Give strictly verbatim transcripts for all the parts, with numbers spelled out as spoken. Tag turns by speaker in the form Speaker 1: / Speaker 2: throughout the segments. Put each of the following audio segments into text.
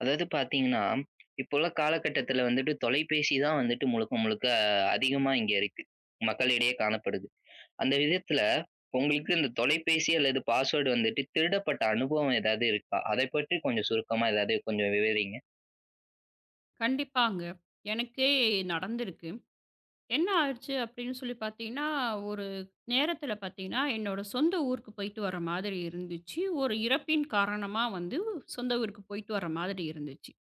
Speaker 1: அதாவது பார்த்தீங்கன்னா, இப்போ உள்ள காலகட்டத்தில வந்துட்டு தொலைபேசி தான் வந்துட்டு முழுக்க, முழுக்க அதிகமா இங்க இருக்கு. மக்களிடையே காணப்படுது. அந்த விதத்தில உங்களுக்கு இந்த தொலைபேசி அல்லது பாஸ்வேர்டு வந்துட்டு திருடப்பட்ட அனுபவம் ஏதாவது இருக்கா? அதை பற்றி கொஞ்சம் சுருக்கமா ஏதாவது கொஞ்சம் விவரிங்க.
Speaker 2: கண்டிப்பாங்க. எனக்கே நடந்திருக்கு. என்ன ஆயிடுச்சு அப்படின்னு சொல்லி பார்த்தீங்கன்னா, ஒரு நேரத்தில பார்த்தீங்கன்னா, என்னோட சொந்த ஊருக்கு போயிட்டு வர மாதிரி இருந்துச்சு. ஒரு இறப்பின் காரணமா வந்து சொந்த ஊருக்கு போயிட்டு வர மாதிரி இருந்துச்சு.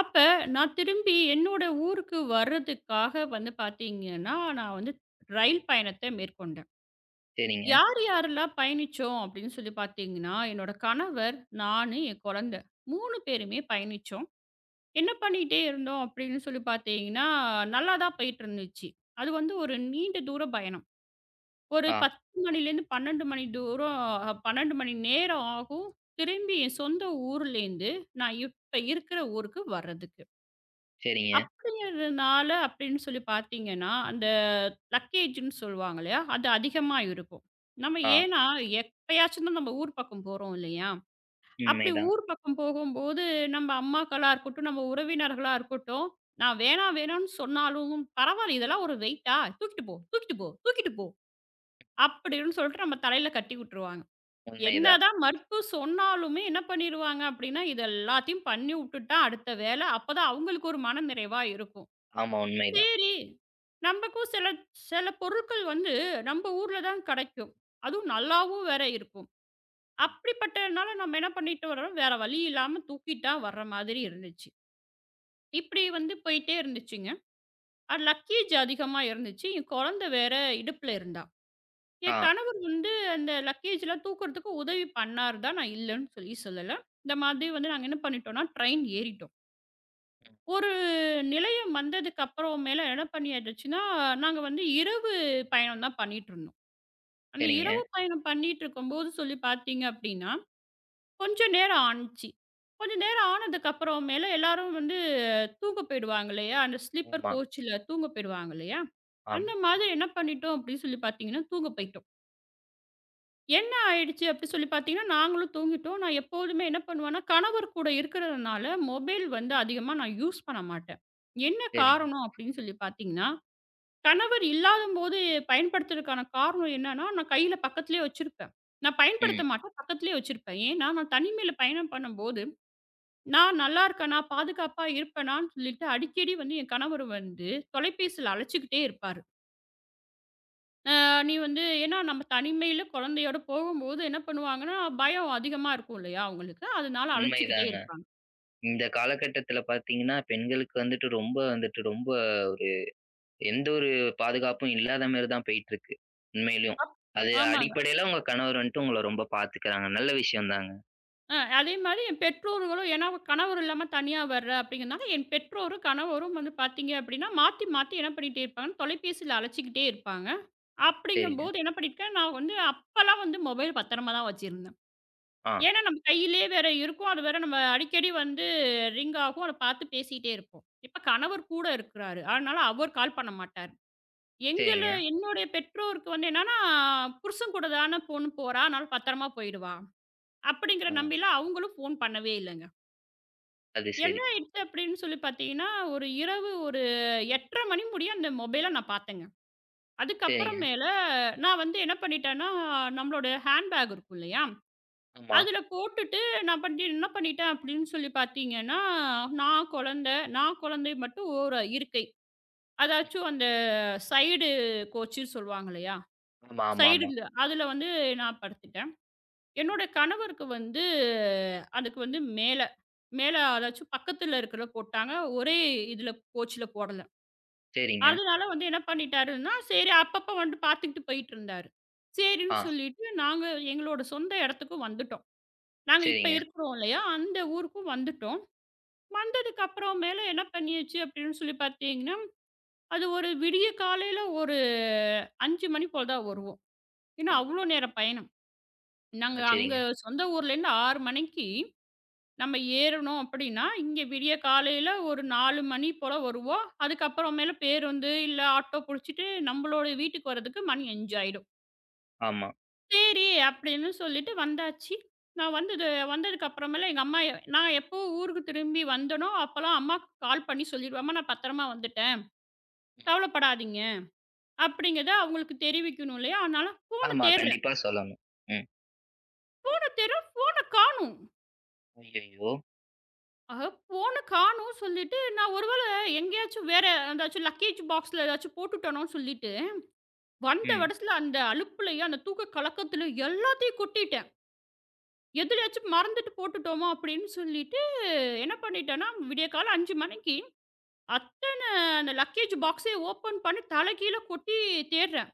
Speaker 2: அப்ப நான் திரும்பி என்னோட ஊருக்கு வர்றதுக்காக வந்து பார்த்தீங்கன்னா, நான் வந்து ரயில் பயணத்த மேற்கொண்டேன்.
Speaker 1: சரிங்க.
Speaker 2: யார் யாரெல்லாம் பயணிச்சோம் அப்படின்னு சொல்லி பார்த்தீங்கன்னா, என்னோட கணவர், நானு, என் குழந்தை மூணு பேருமே பயணிச்சோம். என்ன பண்ணிட்டே இருந்தோம் அப்படின்னு சொல்லி பார்த்தீங்கன்னா, நல்லா தான் போயிட்டுருந்துச்சு. அது வந்து ஒரு நீண்ட தூர பயணம். ஒரு
Speaker 1: ஆ.
Speaker 2: பத்து மணிலேருந்து பன்னிரண்டு மணி தூரம் அ பன்னிரண்டு மணி நேரம் ஆகும். திரும்பி என் சொந்த ஊர்லேருந்து நான் இப்ப இருக்கிற ஊருக்கு வர்றதுக்கு.
Speaker 1: சரிங்க.
Speaker 2: அப்படிங்கிறதுனால அப்படின்னு சொல்லி பார்த்தீங்கன்னா, அந்த லக்கேஜ்ன்னு சொல்லுவாங்க இல்லையா? அது அதிகமா இருக்கும். நம்ம
Speaker 1: ஆ.
Speaker 2: ஏன்னா எப்பயாச்சும் தான் நம்ம ஊர் பக்கம் போறோம் இல்லையா? அப்படி
Speaker 1: உண்மைதான்.
Speaker 2: ஊர் பக்கம் போகும்போது, நம்ம அம்மாக்களா இருக்கட்டும், நம்ம உறவினர்களா இருக்கட்டும், நான் வேணா வேணான்னு சொன்னாலும், "பரவால்ல இதெல்லாம் ஒரு வெயிட்டா? தூக்கிட்டு போ, தூக்கிட்டு போ, தூக்கிட்டு போ" அப்படின்னு சொல்லிட்டு நம்ம தலையில கட்டி விட்டுருவாங்க.
Speaker 1: உண்மைதான்.
Speaker 2: என்னதான் மறுப்பு சொன்னாலுமே என்ன பண்ணிருவாங்க அப்படின்னா, இது எல்லாத்தையும் பண்ணி உட்டுட்டா அடுத்த வேலை. அப்பதான் அவங்களுக்கு ஒரு மனநிறைவா இருக்கும்.
Speaker 1: ஆமா, உண்மைதான்.
Speaker 2: சரி, நமக்கும் சில சில பொருட்கள் வந்து நம்ம ஊர்ல தான் கெடைக்கும். அதுவும் நல்லாவும் வேற இருக்கும். அப்படிப்பட்டதுனால நம்ம என்ன பண்ணிட்டு வரோம், வேற வழி இல்லாம தூக்கிட்டா வர்ற மாதிரி இருந்துச்சு. இப்படி வந்து போயிட்டே இருந்துச்சுங்க. அது லக்கேஜ் அதிகமா இருந்துச்சு. என் குழந்தை வேற இடுப்புல இருந்தா.
Speaker 1: ஆ.
Speaker 2: என் கணவர் வந்து அந்த லக்கேஜ்லாம் தூக்குறதுக்கு உதவி பண்ணாரு தான், நான் இல்லன்னு சொல்லி சொல்லல. இந்த மாதிரி வந்து நாங்க என்ன பண்ணிட்டோம்னா, ட்ரெயின் ஏறிட்டோம்.
Speaker 1: ம்.
Speaker 2: ஒரு நிலையம் வந்ததுக்கு அப்புறம் மேல என்ன பண்ணியாச்சுன்னா, நாங்க வந்து இரவு பயணம் தான் பண்ணிட்டு இருந்தோம். அந்த
Speaker 1: சரிங்க.
Speaker 2: இரவு பயணம் பண்ணிட்டு இருக்கும்போது சொல்லி பார்த்தீங்க அப்படின்னா கொஞ்சம் நேரம் ஆனுச்சு. கொஞ்ச நேரம் ஆனதுக்கப்புறமேல எல்லாரும் வந்து தூங்க போயிடுவாங்க இல்லையா? அந்த ஸ்லீப்பர்
Speaker 1: ஆமா.
Speaker 2: கோச்ல தூங்க போயிடுவாங்க இல்லையா?
Speaker 1: ஆம்.
Speaker 2: அந்த மாதிரி என்ன பண்ணிட்டோம் அப்படின்னு சொல்லி பார்த்தீங்கன்னா, தூங்க போயிட்டோம். என்ன ஆயிடுச்சு அப்படி சொல்லி பார்த்தீங்கன்னா, நாங்களும் தூங்கிட்டோம். நான் எப்போதுமே என்ன பண்ணுவேன்னா, கணவர் கூட இருக்கிறதுனால மொபைல் வந்து அதிகமா நான் யூஸ் பண்ண மாட்டேன். என்ன
Speaker 1: சரிங்க.
Speaker 2: காரணம் அப்படின்னு சொல்லி பார்த்தீங்கன்னா, கணவர் இல்லாதம்போது பயன்படுத்துறதுக்கான காரணம் என்னன்னா, நான் கையில பக்கத்திலேயே வச்சிருப்பேன். நான் பயன்படுத்த
Speaker 1: ம்.
Speaker 2: மாட்டேன். பக்கத்திலேயே வச்சிருப்பேன். ஏன்னா நான் தனிமையில பயணம் பண்ணும்போது நான் நல்லா இருக்கேனா, பாதுகாப்பா இருப்பேனான்னு சொல்லிட்டு அடிக்கடி வந்து என் கணவர் வந்து தொலைபேசியில அழைச்சுக்கிட்டே இருப்பாரு. அ நீ வந்து ஏன்னா நம்ம தனிமையில குழந்தையோட போகும்போது என்ன பண்ணுவாங்கன்னா, பயம் அதிகமா இருக்கும் இல்லையா அவங்களுக்கு. அதனால அழைச்சுக்கிட்டே
Speaker 1: உண்மைதாங்க.
Speaker 2: இருப்பாங்க.
Speaker 1: இந்த காலகட்டத்தில பார்த்தீங்கன்னா, பெண்களுக்கு வந்துட்டு ரொம்ப வந்துட்டு ரொம்ப எந்த ஒரு பாதுகாப்பும் இல்லாத மாரி தான் போயிட்டுருக்கு. உண்மையிலும்.
Speaker 2: அப்
Speaker 1: அது
Speaker 2: ஆமாங்க.
Speaker 1: அடிப்படையில உங்க கணவர் வந்துட்டு உங்கள ரொம்ப பாத்துக்கிறாங்க. நல்ல விஷயம் தாங்க.
Speaker 2: அ அதே மாரி என் பெற்றோர்களும் ஏன்னா கணவர் இல்லாம தனியா வர்ற அப்படிங்கிறனால, என் பெற்றோரும், கணவரும் வந்து பார்த்தீங்க அப்படின்னா, மாத்தி மாத்தி என்ன பண்ணிட்டே இருப்பாங்கன்னா, தொலைபேசியில அழைச்சுக்கிட்டே இருப்பாங்க.
Speaker 1: சரிங்க.
Speaker 2: அப்படிங்கும்போது என்ன பண்ணியிருக்கேன், நான் வந்து அப்பலாம் வந்து மொபைல் பத்திரமா தான் வச்சிருந்தேன்.
Speaker 1: ஆ.
Speaker 2: ஏன்னா, நம்ம கையிலேயே வேற இருக்கும். அது வேற நம்ம அடிக்கடி வந்து ரிங் ஆகும். அத பார்த்து பேசிட்டே இருப்போம். இப்ப கணவர் கூட இருக்கிறாரு. அதனால அவர் கால் பண்ண மாட்டாரு. எங்கள
Speaker 1: சரிங்க.
Speaker 2: என்னுடைய பெற்றோருக்கு வந்து என்னன்னா, புருஷன் கூட தான பொண்ணு போறா. அதனால பத்திரமா போயிடுவா. அப்படிங்கிற
Speaker 1: ஆ.
Speaker 2: நம்பியில அவங்களும் ஃபோன் பண்ணவே இல்லங்க.
Speaker 1: அது
Speaker 2: என்ன
Speaker 1: சரி.
Speaker 2: ஆயிடுச்சு அப்படின்னு சொல்லி பார்த்தீங்கன்னா, ஒரு இரவு ஒரு எட்டு முப்பது மணி முடிய அந்த மொபைல நான் பார்த்தேங்க.
Speaker 1: சரிங்க.
Speaker 2: அதுக்கப்புறம் மேல நான் வந்து என்ன பண்ணிட்டேன்னா, நம்மளோட ஹேண்ட் பேக் இருக்கும் இல்லையா?
Speaker 1: ஆமா.
Speaker 2: அதில போட்டுட்டு நான் பண்ணி என்ன பண்ணிட்டேன் அப்படின்னு சொல்லி பார்த்தீங்கன்னா, நான் குழந்தை, நான் குழந்தை மட்டும் ஒரு இருக்கை. அதாச்சும் அந்த சைடு கோச்சுன்னு சொல்லுவாங்க இல்லையா?
Speaker 1: ஆமா, ஆமா, ஆமா.
Speaker 2: சைடுல அதில வந்து நான் படுத்துட்டேன். என்னோட கணவருக்கு வந்து அதுக்கு வந்து மேல, மேல அதாச்சும் பக்கத்தில இருக்கிறத போட்டாங்க. ஒரே இதில கோச்சுல போடல.
Speaker 1: சரிங்க.
Speaker 2: அதனால வந்து என்ன பண்ணிட்டாருன்னா, சரி அப்பப்போ வந்து பார்த்துக்கிட்டு போயிட்டு இருந்தாரு. சரின்னு
Speaker 1: ஆ.
Speaker 2: சொல்லிட்டு நாங்க எங்களோட சொந்த இடத்துக்கு வந்துட்டோம். நாங்க இப்ப
Speaker 1: சரிங்க.
Speaker 2: இருக்கிறோம் இல்லையா? அந்த ஊருக்கும் வந்துட்டோம். வந்ததுக்கு அப்புறம் மேல என்ன பண்ணியாச்சு அப்படின்னு சொல்லி பார்த்தீங்கன்னா, அது ஒரு விடிய காலையில ஒரு அஞ்சு மணி போல தான் வருவோம். ஏன்னா
Speaker 1: ஆ.
Speaker 2: அவ்வளோ நேரம் பயணம். நாங்க
Speaker 1: ஆ
Speaker 2: அங்க
Speaker 1: சரிங்க.
Speaker 2: சொந்த ஊர்லேருந்து ஆறு மணிக்கு நம்ம ஏறணும் அப்படின்னா, இங்க விடிய காலையில ஒரு நாலு மணி போல வருவோம். அதுக்கப்புறம் மேல பேருந்து, இல்ல ஆட்டோ புடிச்சிட்டு நம்மளோட வீட்டுக்கு வர்றதுக்கு மணி அஞ்சு ஆயிடும்.
Speaker 1: ஆமா.
Speaker 2: சரி அப்படின்னு சொல்லிட்டு வந்தாச்சு. நான் வந்தது வந்ததுக்கு அப்புறமேல எங்க அம்மா எ- நான் எப்போ ஊருக்கு திரும்பி வந்தேனோ, அப்பலாம் அம்மாக்கு கால் பண்ணி சொல்லிடுவேன். "அம்மா நான் பத்திரமா வந்துட்டேன். கவலைப்படாதீங்க." அப்படிங்கிறத அவங்களுக்கு தெரிவிக்கணும் இல்லையா? அதனால ஃபோன
Speaker 1: ஆமா.
Speaker 2: தேடுறேன்.
Speaker 1: கண்டிப்பா சொல்லணும். ம்.
Speaker 2: ஃபோன தேடுறேன் ஃபோன காணோம்.
Speaker 1: ஐய்யய்யோ!
Speaker 2: ஆக ஃபோன காணோம் சொல்லிட்டு நான் ஒரு வேள எங்கேயாச்சும் வேற ஏதாச்சும் லக்கேஜ் பாக்ஸ்ல ஏதாச்சும் போட்டுட்டனோன்னு சொல்லிட்டு, வந்த
Speaker 1: ம்.
Speaker 2: இடத்துல அந்த அலுப்புலயும், அந்த தூக்க கலக்கத்துலயும் எல்லாத்தையும் கொட்டிட்டேன். எதுலயாச்சும் மறந்துட்டு போட்டுட்டோமோ அப்படின்னு சொல்லிட்டு என்ன பண்ணிட்டேன்னா, விடியக்காலைல அஞ்சு மணிக்கு அத்தன அந்த லக்கேஜ் பாக்ஸைய ஓப்பன் பண்ணி தலைகீழ கொட்டி தேடுறேன்.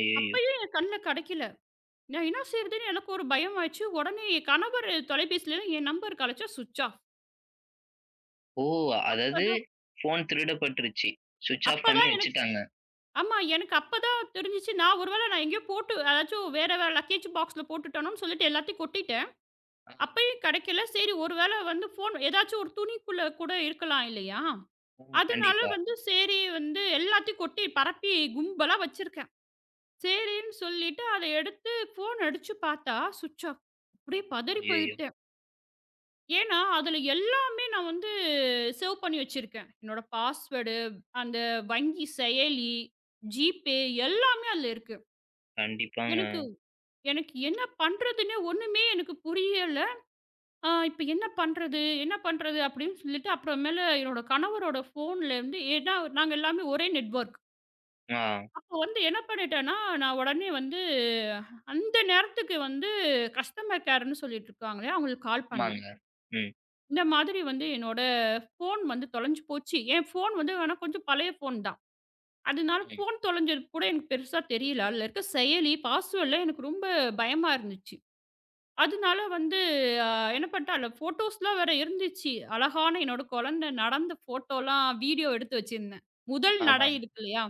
Speaker 1: ஐய்யய்யோ!
Speaker 2: அப்பயும் என் கண்ல கெடைக்கல. நான் என்ன செய்றதுன்னு எனக்கு ஒரு பயம் ஆயிடுச்சு. உடனே என் கணவர் தொலைபேசியில என் நம்பருக்கு அழைச்சா சுவிட்ச் ஆஃப்.
Speaker 1: ஓ! அதாவது
Speaker 2: அப்பதான்
Speaker 1: ஃபோன் திருடப்பட்டுருச்சு. ஸ்விட்ச் ஆஃப் பண்ணி
Speaker 2: அப்பதான் எனக்கு
Speaker 1: வச்சுட்டாங்க.
Speaker 2: ஆமா. எனக்கு அப்பதான் தெரிஞ்சுச்சு. நான் ஒரு வேள நான் எங்கேயோ போட்டு அதாச்சும் வேற வேற லக்கேஜ் பாக்ஸ்ல போட்டுட்டோனோன்னு சொல்லிட்டு எல்லாத்தையும் கொட்டிட்டேன்.
Speaker 1: ஆ.
Speaker 2: அப்பயும் கெடைக்கல. சரி ஒரு வேள வந்து ஃபோன் ஏதாச்சும் ஒரு துணிக்குள்ள கூட இருக்கலாம் இல்லையா?
Speaker 1: ஆமா.
Speaker 2: அதனால
Speaker 1: கண்டிப்பா.
Speaker 2: வந்து சரி வந்து எல்லாத்தையும் கொட்டி பரப்பி கும்பலா வச்சிருக்கேன். சரின்னு சொல்லிட்டு அத எடுத்து ஃபோன் அடிச்சு பார்த்தா சுவிட்ச் ஆஃப். அப்படியே பதறி
Speaker 1: ஐய்யய்யோ!
Speaker 2: போயிட்டேன். ஏன்னா, அதுல எல்லாமே நான் வந்து சேவ் பண்ணி வச்சிருக்கேன். என்னோட பாஸ்வேர்டு, அந்த வங்கி செயலி, ஜிபே எல்லாமே அதுல இருக்கு.
Speaker 1: கண்டிப்பாங்க.
Speaker 2: எனக்கு எனக்கு என்ன பண்றதுன்னே ஒண்ணுமே எனக்கு புரியல. அ இப்ப என்ன பண்றது? என்ன பண்றது? அப்படின்னு சொல்லிட்டு அப்புறமேல என்னோட கணவரோட ஃபோன்ல இருந்து ஏன்னா நாங்க எல்லாமே ஒரே நெட்வொர்க்.
Speaker 1: ஆ.
Speaker 2: அப்போ வந்து என்ன பண்ணிட்டேன்னா, நான் உடனே வந்து அந்த நேரத்துக்கு வந்து கஸ்டமர் கேர்ன்னு சொல்லிட்டு இருக்காங்க இல்லையா? அவங்களுக்கு கால் பண்ணேன்.
Speaker 1: ஆமாங்க. ம்.
Speaker 2: இந்த மாதிரி வந்து என்னோட ஃபோன் வந்து தொலைஞ்சு போச்சு. என் ஃபோன் வந்து ஆனா கொஞ்சம் பழைய ஃபோன் தான். அதனால
Speaker 1: ம்.
Speaker 2: ஃபோன் தொலைஞ்சது கூட எனக்கு பெருசா தெரியல. அதில இருக்க செயலி, பாஸ்வேர்ட்லாம் எனக்கு ரொம்ப பயமா இருந்துச்சு. அதனால வந்து அ என்ன பண்ணிட்டேன், அதில ஃபோட்டோஸ்லாம் வேற இருந்துச்சு. அழகான என்னோட குழந்தை நடந்த ஃபோட்டோலாம் வீடியோ எடுத்து வச்சிருந்தேன். முதல் நடை
Speaker 1: ஆமாங்க.
Speaker 2: இருக்கு இல்லையா?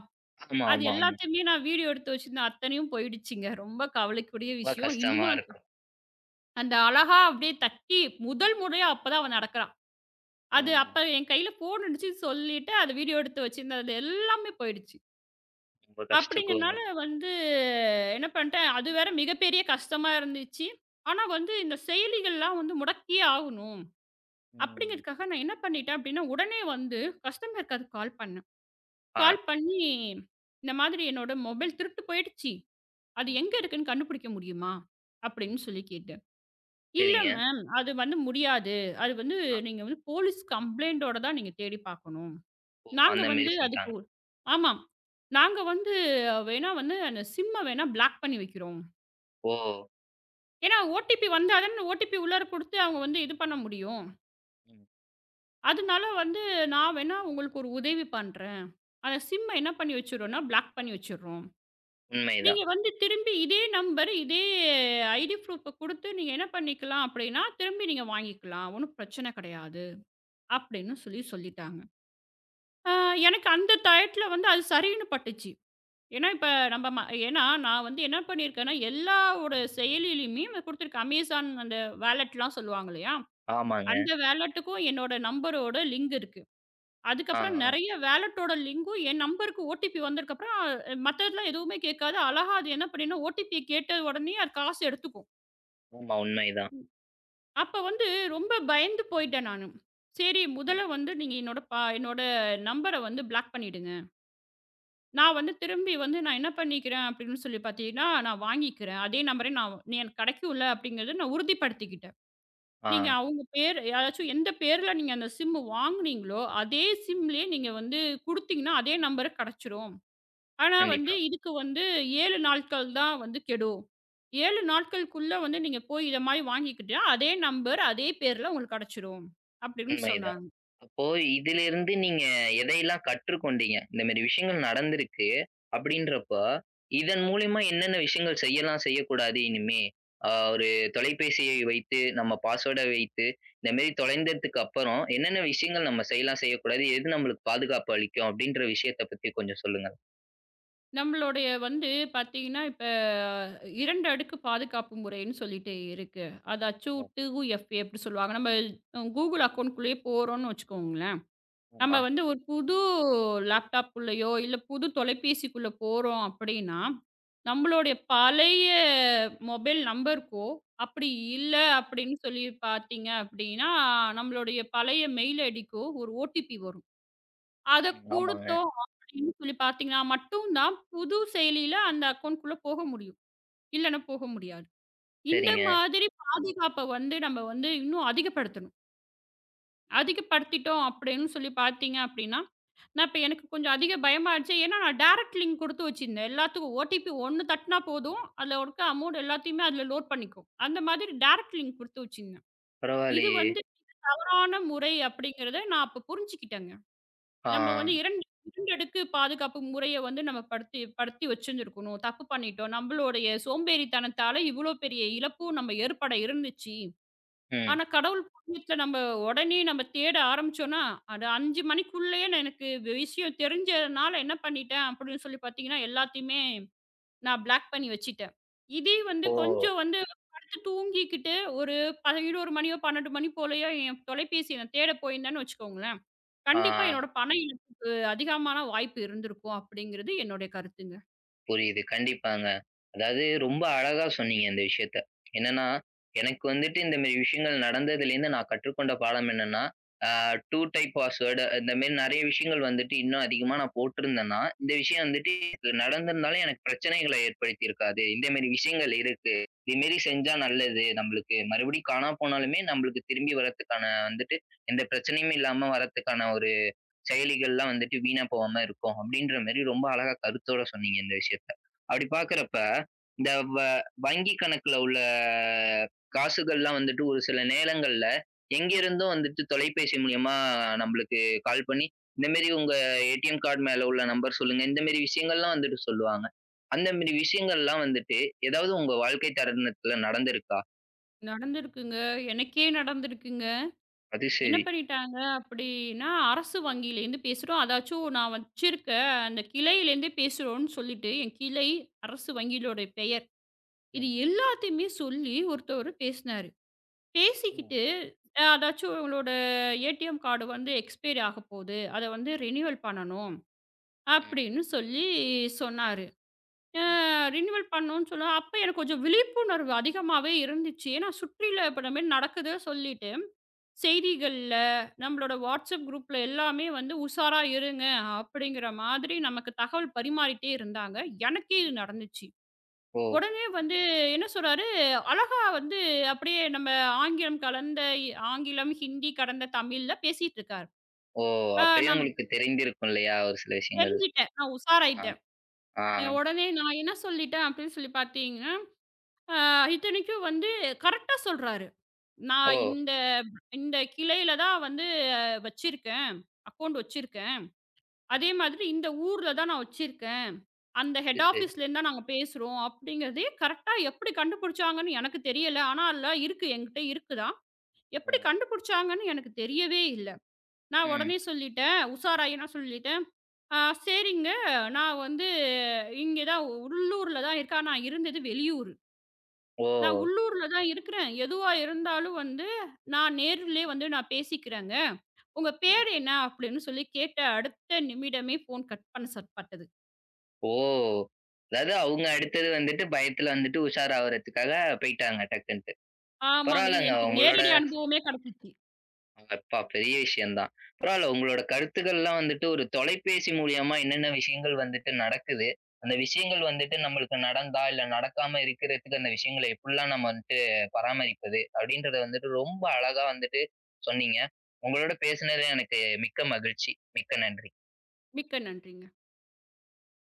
Speaker 1: ஆமா,
Speaker 2: அது
Speaker 1: ஆமா, ஆமா.
Speaker 2: எல்லாத்தையுமே நான் வீடியோ எடுத்து வச்சிருந்தேன். அத்தனையும் போயிடுச்சுங்க. ரொம்ப கவலைக்குரிய
Speaker 1: ரொம்ப
Speaker 2: விஷயம்.
Speaker 1: கஷ்டமா
Speaker 2: இன்னமும் நான் கு-
Speaker 1: இருக்கும்.
Speaker 2: அந்த அழகா அப்படியே தட்டி முதல் முறையா அப்பதான் அவன் நடக்குறான்.
Speaker 1: ஆ.
Speaker 2: அது அப்ப என் கையில ஃபோன் இருந்துச்சுன்னு சொல்லிட்டு, அத வீடியோ எடுத்து வச்சிருந்தேன். அது எல்லாமே போயிடுச்சு.
Speaker 1: ரொம்ப கஷ்டக்கும்
Speaker 2: அப்படிங்கிறனால வந்து என்ன பண்ணிட்டேன், அது வேற மிகப்பெரிய கஷ்டமா இருந்துச்சு. ஆனா வந்து இந்த செயலிகள்லாம் வந்து முடக்கியே ஆகணும்.
Speaker 1: ம்.
Speaker 2: அப்படிங்கிறதுக்காக நான் என்ன பண்ணிட்டேன் அப்படின்னா, உடனே வந்து கஸ்டமர் கேருக்கு கால் பண்ணேன்.
Speaker 1: ஆ.
Speaker 2: கால் பண்ணி, இந்த மாதிரி என்னோட மொபைல் திருட்டு போயிடுச்சு. அது
Speaker 1: ம்.
Speaker 2: எங்க இருக்குன்னு கண்டுபிடிக்க முடியுமா?
Speaker 1: ம்.
Speaker 2: அப்படின்னு சொல்லி கேட்டேன். "இல்ல
Speaker 1: சரிங்க.
Speaker 2: மேம். அது வந்து முடியாது. அது வந்து
Speaker 1: ஆ.
Speaker 2: நீங்க வந்து போலீஸ் கம்ப்ளைண்டோட தான் நீங்க தேடி பார்க்கணும்.
Speaker 1: ஓ!
Speaker 2: நாங்க
Speaker 1: அந்த மாரி
Speaker 2: வந்து
Speaker 1: சொல்ட்டாங்க.
Speaker 2: அதுக்கு" ஆமாம். "நாங்க வந்து வேணா வந்து அந்த சிம்ம வேணா பிளாக் பண்ணி வைக்கிறோம்.
Speaker 1: ஓ!
Speaker 2: ஏன்னா ஓடிபி வந்தா தானே ஓடிபி உள்ளார கொடுத்து அவங்க வந்து இது பண்ண முடியும்.
Speaker 1: ம்.
Speaker 2: அதனால வந்து நான் வேணா உங்களுக்கு ஒரு உதவி பண்றேன். அந்த சிம்ம என்ன பண்ணி வச்சுர்றோம்னா, பிளாக் பண்ணி வச்சுர்றோம்."
Speaker 1: உண்மைதான்.
Speaker 2: நீங்க வந்து திரும்பி இதே நம்பர், இதே ஐடி ப்ரூஃப்ப குடுத்து நீங்க என்ன பண்ணிக்கலாம் அப்டின்னா, திரும்பி நீங்க வாங்கிக்கலாம். ஒண்ணும் பிரச்சனை கிடையாது. அப்படின்னு சொல்லி சொல்லிட்டாங்க. ஆ எனக்கு அந்த டயத்துல வந்து அது சரின்னு பட்டுச்சு. ஏன்னா, இப்ப நம்ம ம ஏன்னா நான் வந்து என்ன பண்ணியிருக்கேன்னா, எல்லாவோட செயலிலயுமே நான் குடுத்துருக்கேன். Amazon அந்த வாலெட்லாம் சொல்லுவாங்க இல்லையா?
Speaker 1: ஆமாங்க.
Speaker 2: அந்த வாலெட்டுக்கும் என்னோட நம்பரோட லிங்க் இருக்கு.
Speaker 1: ஆ,
Speaker 2: அதுக்கப்புறம்
Speaker 1: ஆ.
Speaker 2: நெறைய வாலெட்டோட லிங்க்கும் என் நம்பருக்கு ஓடிபி வந்ததுக்கப்புறம், மத்ததெல்லாம் எதுவுமே கேட்காது. அழகா அது என்ன பண்ணிரும், ஓடிபிய கேட்ட உடனேயே அது காசு எடுத்துக்கும்.
Speaker 1: ம். ஆமா உண்மைதான்.
Speaker 2: அப்ப வந்து ரொம்ப பயந்து போயிட்டேன் நானு. சரி
Speaker 1: ம்.
Speaker 2: முதல்ல வந்து நீங்க என்னோட ப என்னோட நம்பர வந்து பிளாக் பண்ணிடுங்க. நான் வந்து திரும்பி வந்து நான் என்ன பண்ணிக்கிறேன் அப்படின்னு சொல்லி பார்த்தீங்கன்னா, நான் வாங்கிக்கிறேன். அதே நம்பரே நான் நீ எனக்கு கிடைக்கும்ல அப்படிங்கிறத நான் உறுதிப்படுத்திக்கிட்டேன். நீங்க
Speaker 1: ஆ.
Speaker 2: அவங்க பேர் யாராச்சும் எந்த பேர்ல நீங்க அந்த சிம் வாங்குனீங்களோ, அதே சிம்லயே நீங்க வந்து குடுத்தீங்கன்னா அதே நம்பர் கிடைச்சிரும். ஆனா வந்து
Speaker 1: கண்டிப்பா.
Speaker 2: இதுக்கு வந்து ஏழு நாட்கள் தான் வந்து கெடும். ஏழு நாட்களுக்குள்ள வந்து நீங்க போய் இத மாரி வாங்கிக்கிட்டா, அதே நம்பர், அதே பேர்ல உங்களுக்கு கெடைச்சிரும். அப்படின்னு
Speaker 1: உண்மைதான்.
Speaker 2: சொன்னாங்க.
Speaker 1: அப்போ இதிலிருந்து நீங்க எதையெல்லாம் கற்றுக்கொண்டீங்க? இந்த மாரி விஷயங்கள் நடந்திருக்கு. அப்படின்றப்போ, இதன் மூலியமா என்னென்ன விஷயங்கள் செய்யலாம், செய்யக்கூடாது இனிமே? அ ஒரு தொலைபேசியை வைத்து, நம்ம பாஸ்வேர்ட வைத்து, இந்த மாரி தொலைந்ததுக்கு அப்புறம் என்னென்ன விஷயங்கள் நம்ம செய்யலாம், செய்யக்கூடாது? எது நம்மளுக்கு பாதுகாப்பு அளிக்கும்? அப்படின்ற விஷயத்த பத்தி கொஞ்சம் சொல்லுங்க.
Speaker 2: நம்மளுடைய வந்து பார்த்தீங்கன்னா, இப்ப இரண்டு அடுக்கு பாதுகாப்பு முறைன்னு சொல்லிட்டு இருக்கு. அதாச்சும்
Speaker 1: ஓ!
Speaker 2: டூ எஃப் ஏ அப்படி சொல்லுவாங்க. நம்ம Google அக்கவுண்ட்குள்ளேயே போறோம்னு வச்சுக்கோங்களேன். நம்ம
Speaker 1: ஆமா.
Speaker 2: வந்து ஒரு புது லேப்டாப்புள்ளயோ, இல்ல புது தொலைபேசிக்குள்ள போறோம் அப்படின்னா, நம்மளுடைய பழைய மொபைல் நம்பருக்கோ, அப்படி இல்ல அப்படின்னு சொல்லி பார்த்தீங்க அப்படின்னா, நம்மளுடைய பழைய மெயில் ஐடிக்கோ ஒரு ஓடிபி வரும். அத
Speaker 1: ம். ஆமாங்க.
Speaker 2: குடுத்தோம் அப்படின்னு சொல்லி பார்த்தீங்கன்னா மட்டும் தான், புது செயலியில அந்த அக்கவுண்ட்குள்ள போக முடியும். இல்லன்னா போக முடியாது. இந்த
Speaker 1: சரிங்க.
Speaker 2: மாதிரி பாதுகாப்ப வந்து நம்ம வந்து இன்னும் அதிகப்படுத்தணும். அதிகப்படுத்திட்டோம் அப்படின்னு சொல்லி பார்த்தீங்க அப்படின்னா நான் இப்ப எனக்கு கொஞ்சம் அதிக பயமாயிடுச்சு. ஏன்னா, நான் டைரக்ட் லிங்க் குடுத்து வச்சிருந்தேன். எல்லாத்துக்கும் ஓடிபி ஒன்று தட்டுனா போதும். அதுல இருக்க அமௌண்ட் எல்லாத்தையுமே அதுல லோட் பண்ணிக்கும். அந்த மாதிரி டைரக்ட் லிங்க் குடுத்து வச்சிருந்தேன். இது
Speaker 1: பரவாயில்லையே!
Speaker 2: வந்து தவறான முறை அப்படிங்கிறத நான் அப்ப புரிஞ்சுக்கிட்டேங்க.
Speaker 1: ஆ.
Speaker 2: நம்ம வந்து இரண்டு இரண்டு அடுக்கு பாதுகாப்பு முறைய வந்து நம்ம படுத்தி படுத்தி வச்சிருந்துருக்கணும். தப்பு பண்ணிட்டோம். நம்மளுடைய சோம்பேறித்தனத்தால இவ்வளோ பெரிய இழப்பும் நம்ம ஏற்பட இருந்துச்சு.
Speaker 1: ம்.
Speaker 2: ஆனா, கடவுள் புண்ணியத்துல நம்ம உடனே நம்ம தேட ஆரம்பிச்சோம்னா, அது அஞ்சு மணிக்குள்ளயே நான் எனக்கு வி- விஷயம் தெரிஞ்சதுனால என்ன பண்ணிட்டேன் அப்படின்னு சொல்லி பார்த்தீங்கன்னா, எல்லாத்தையுமே நான் பிளாக் பண்ணி வச்சுட்டேன். இதே வந்து
Speaker 1: இப்போ
Speaker 2: கொஞ்சம் வந்து படுத்து தூங்கிக்கிட்டு ஒரு பதினொன்று மணியோ, பன்னிரண்டு மணி போலயோ என் தொலைபேசிய நான் தேட போயிருந்தேன்னு வச்சுக்கோங்களேன்,
Speaker 1: ஆ.
Speaker 2: கண்டிப்பா என்னோட பண இழப்புக்கு அதிகமான வாய்ப்பு இருந்திருக்கும் அப்படிங்கிறது என்னுடைய கருத்துங்க.
Speaker 1: புரியுது. கண்டிப்பாங்க. அதாவது ரொம்ப அழகா சொன்னீங்க இந்த விஷயத்த. என்னன்னா, எனக்கு வந்துட்டு இந்த மாரி விஷயங்கள் நடந்ததுலேருந்து நான் கற்றுக்கொண்ட பாடம் என்னன்னா, அ ரெண்டு டைப் பாஸ்வேர்டு இந்த மாரி நெறைய விஷயங்கள் வந்துட்டு இன்னும் அதிகமா நான் போட்டிருந்தேன்னா, இந்த விஷயம் வந்துட்டு எனக்கு நடந்திருந்தாலும் எனக்கு பிரச்சனைகள ஏற்படுத்தி இருக்காது. இந்த மாரி விஷயங்கள் இருக்கு. இது மாரி செஞ்சா நல்லது. நம்மளுக்கு மறுபடியும் காணாம போனாலுமே நம்மளுக்கு திரும்பி வர்றதுக்கான வந்துட்டு எந்த பிரச்சனையும் இல்லாம வர்றதுக்கான ஒரு செயலிகள்லாம் வந்துட்டு வீணா போகாம இருக்கும். அப்படின்ற மாரி ரொம்ப அழகா கருத்தோட சொன்னீங்க இந்த விஷயத்த. அப்படி பார்க்கிறப்ப, இந்த வ வங்கி கணக்குல உள்ள காசுகள்லாம் வந்துட்டு ஒரு சில நேரங்கள்ல எங்கிருந்தோ வந்துட்டு தொலைபேசி மூலியமா நம்மளுக்கு கால் பண்ணி, இந்த மாரி உங்க ஏடிஎம் கார்டு மேல உள்ள நம்பர் சொல்லுங்க. இந்த மாரி விஷயங்கள்லாம் வந்துட்டு சொல்லுவாங்க. அந்த மாரி விஷயங்கள்லாம் வந்துட்டு ஏதாவது உங்க வாழ்க்கை தருணத்துல நடந்திருக்கா?
Speaker 2: நடந்திருக்குங்க. எனக்கே நடந்திருக்குங்க.
Speaker 1: அது
Speaker 2: என்ன
Speaker 1: சரி.
Speaker 2: பண்ணிட்டாங்க அப்படின்னா, அரசு வங்கியிலேருந்து பேசுறோம். அதாச்சும் நான் வச்சிருக்க அந்த கிளையிலேருந்தே பேசுறோம்ன்னு சொல்லிட்டு, என் கிளை, அரசு வங்கியிலோட பெயர். இது
Speaker 1: ம்,
Speaker 2: எல்லாத்தையுமே சொல்லி ஒருத்தவரு பேசினாரு.
Speaker 1: ம்,
Speaker 2: பேசிக்கிட்டு அ அதாச்சும் உங்களோட ஏடிஎம் கார்டு வந்து எக்ஸ்பைரி ஆகப்போது. அத வந்து ரினியூவல் பண்ணணும்
Speaker 1: ம்,
Speaker 2: அப்படின்னு சொல்லி சொன்னாரு. அ
Speaker 1: ம்.
Speaker 2: ரினிவல் பண்ணணும்னு சொல்ல, அப்ப எனக்கு கொஞ்சம் விழிப்புணர்வு அதிகமாவே இருந்துச்சு. ஏன்னா சுற்றில இப்ப இந்த மாரி நடக்குது சொல்லிட்டு, செய்திகள்ல, நம்மளோட வாட்ஸ்அப் குரூப்ல எல்லாமே வந்து உஷாரா இருங்க அப்படிங்கிற மாதிரி நமக்கு தகவல் பரிமாறிட்டே இருந்தாங்க. எனக்கே இது நடந்துச்சு.
Speaker 1: ஓ!
Speaker 2: உடனே வந்து என்ன சொல்றாரு, அழகா வந்து அப்படியே நம்ம ஆங்கிலம் கலந்த ஆங்கிலம், ஹிந்தி கடந்த தமிழ்ல பேசிட்டு இருக்காரு.
Speaker 1: ஓ!
Speaker 2: அ
Speaker 1: அப்பயே
Speaker 2: நான்
Speaker 1: உங்களுக்கு தெரிந்திருக்கும் இல்லையா? ஒரு சில விஷயங்கள்.
Speaker 2: தெரிஞ்சுட்டேன். நான்
Speaker 1: ஆ,
Speaker 2: உஷாராயிட்டேன்.
Speaker 1: ஆ.
Speaker 2: அஹ் உடனே நான் என்ன சொல்லிட்டேன் அப்படின்னு சொல்லி பார்த்தீங்கன்னா ஆ இத்தனைக்கும் வந்து கரெக்ட்டா சொல்றாரு. நான்
Speaker 1: ஓ!
Speaker 2: இந்த இந்த கிளையில தான் வந்து அஹ், வச்சிருக்கேன். அக்கவுண்ட் வச்சிருக்கேன்.
Speaker 1: ஆ
Speaker 2: அதே மாதிரி இந்த ஊர்ல தான் நான் வச்சிருக்கேன். அந்த
Speaker 1: அது
Speaker 2: ஹெட்
Speaker 1: சரி.
Speaker 2: ஆஃபீஸ்லேருந்து தான் நாங்க பேசுறோம் அப்படிங்கிறதே கரெக்ட்டா எப்படி கண்டுபிடிச்சாங்கன்னு எனக்கு தெரியல. ஆனா அதுல இருக்கு என்கிட்ட இருக்குதான்.
Speaker 1: ஆ.
Speaker 2: எப்படி கண்டுபிடிச்சாங்கன்னு எனக்கு தெரியவே இல்ல. நான்
Speaker 1: ம்.
Speaker 2: உடனே சொல்லிட்டேன். உஷாராயி நான் சொல்லிட்டேன். "ஆ சரிங்க. நான் வந்து இங்க தான் உள்ளூர்ல தான் இருக்கேன். ஆனா நான் இருந்தது வெளியூர்." நான்
Speaker 1: ஓ!
Speaker 2: உள்ளூர்ல தான் இருக்கிறேன். எதுவா இருந்தாலும் வந்து நான் நேர்லயே வந்து நான் பேசிக்கிறேங்க. உங்க
Speaker 1: ஆ.
Speaker 2: பேர் என்ன? அப்படின்னு சொல்லி கேட்ட அடுத்த நிமிடமே ஃபோன் கட் பண்ண சட்பட்டது.
Speaker 1: ஓ! அதாவது அவங்க அடுத்தது வந்துட்டு பயத்துல வந்துட்டு உஷாராவறதுக்காக போயிட்டாங்க டக்குன்ட்டு.
Speaker 2: ஆமாங்க. இது
Speaker 1: பரவால்லங்க ஆமா.
Speaker 2: எனக்கு
Speaker 1: உங்களோட
Speaker 2: நேரடி அனுபவமே கிடைச்சிச்சு.
Speaker 1: அப்பா! பெரிய விஷயம் தான். பரவால்ல உங்களோட கருத்துக்கள்லாம் வந்துட்டு ஒரு தொலைபேசி மூலியமா என்னென்ன விஷயங்கள் வந்துட்டு நடக்குது. அந்த விஷயங்கள் வந்துட்டு நம்மளுக்கு நடந்தா, இல்ல நடக்காம இருக்கிறதுக்கு அந்த விஷயங்கள எப்படிலாம் நம்ம வந்துட்டு பராமரிப்பது? அப்படின்றத வந்துட்டு ரொம்ப அழகா வந்துட்டு சொன்னீங்க. உங்களோட பேசினதுல எனக்கு மிக்க மகிழ்ச்சி. மிக்க நன்றி.
Speaker 2: மிக்க நன்றிங்க.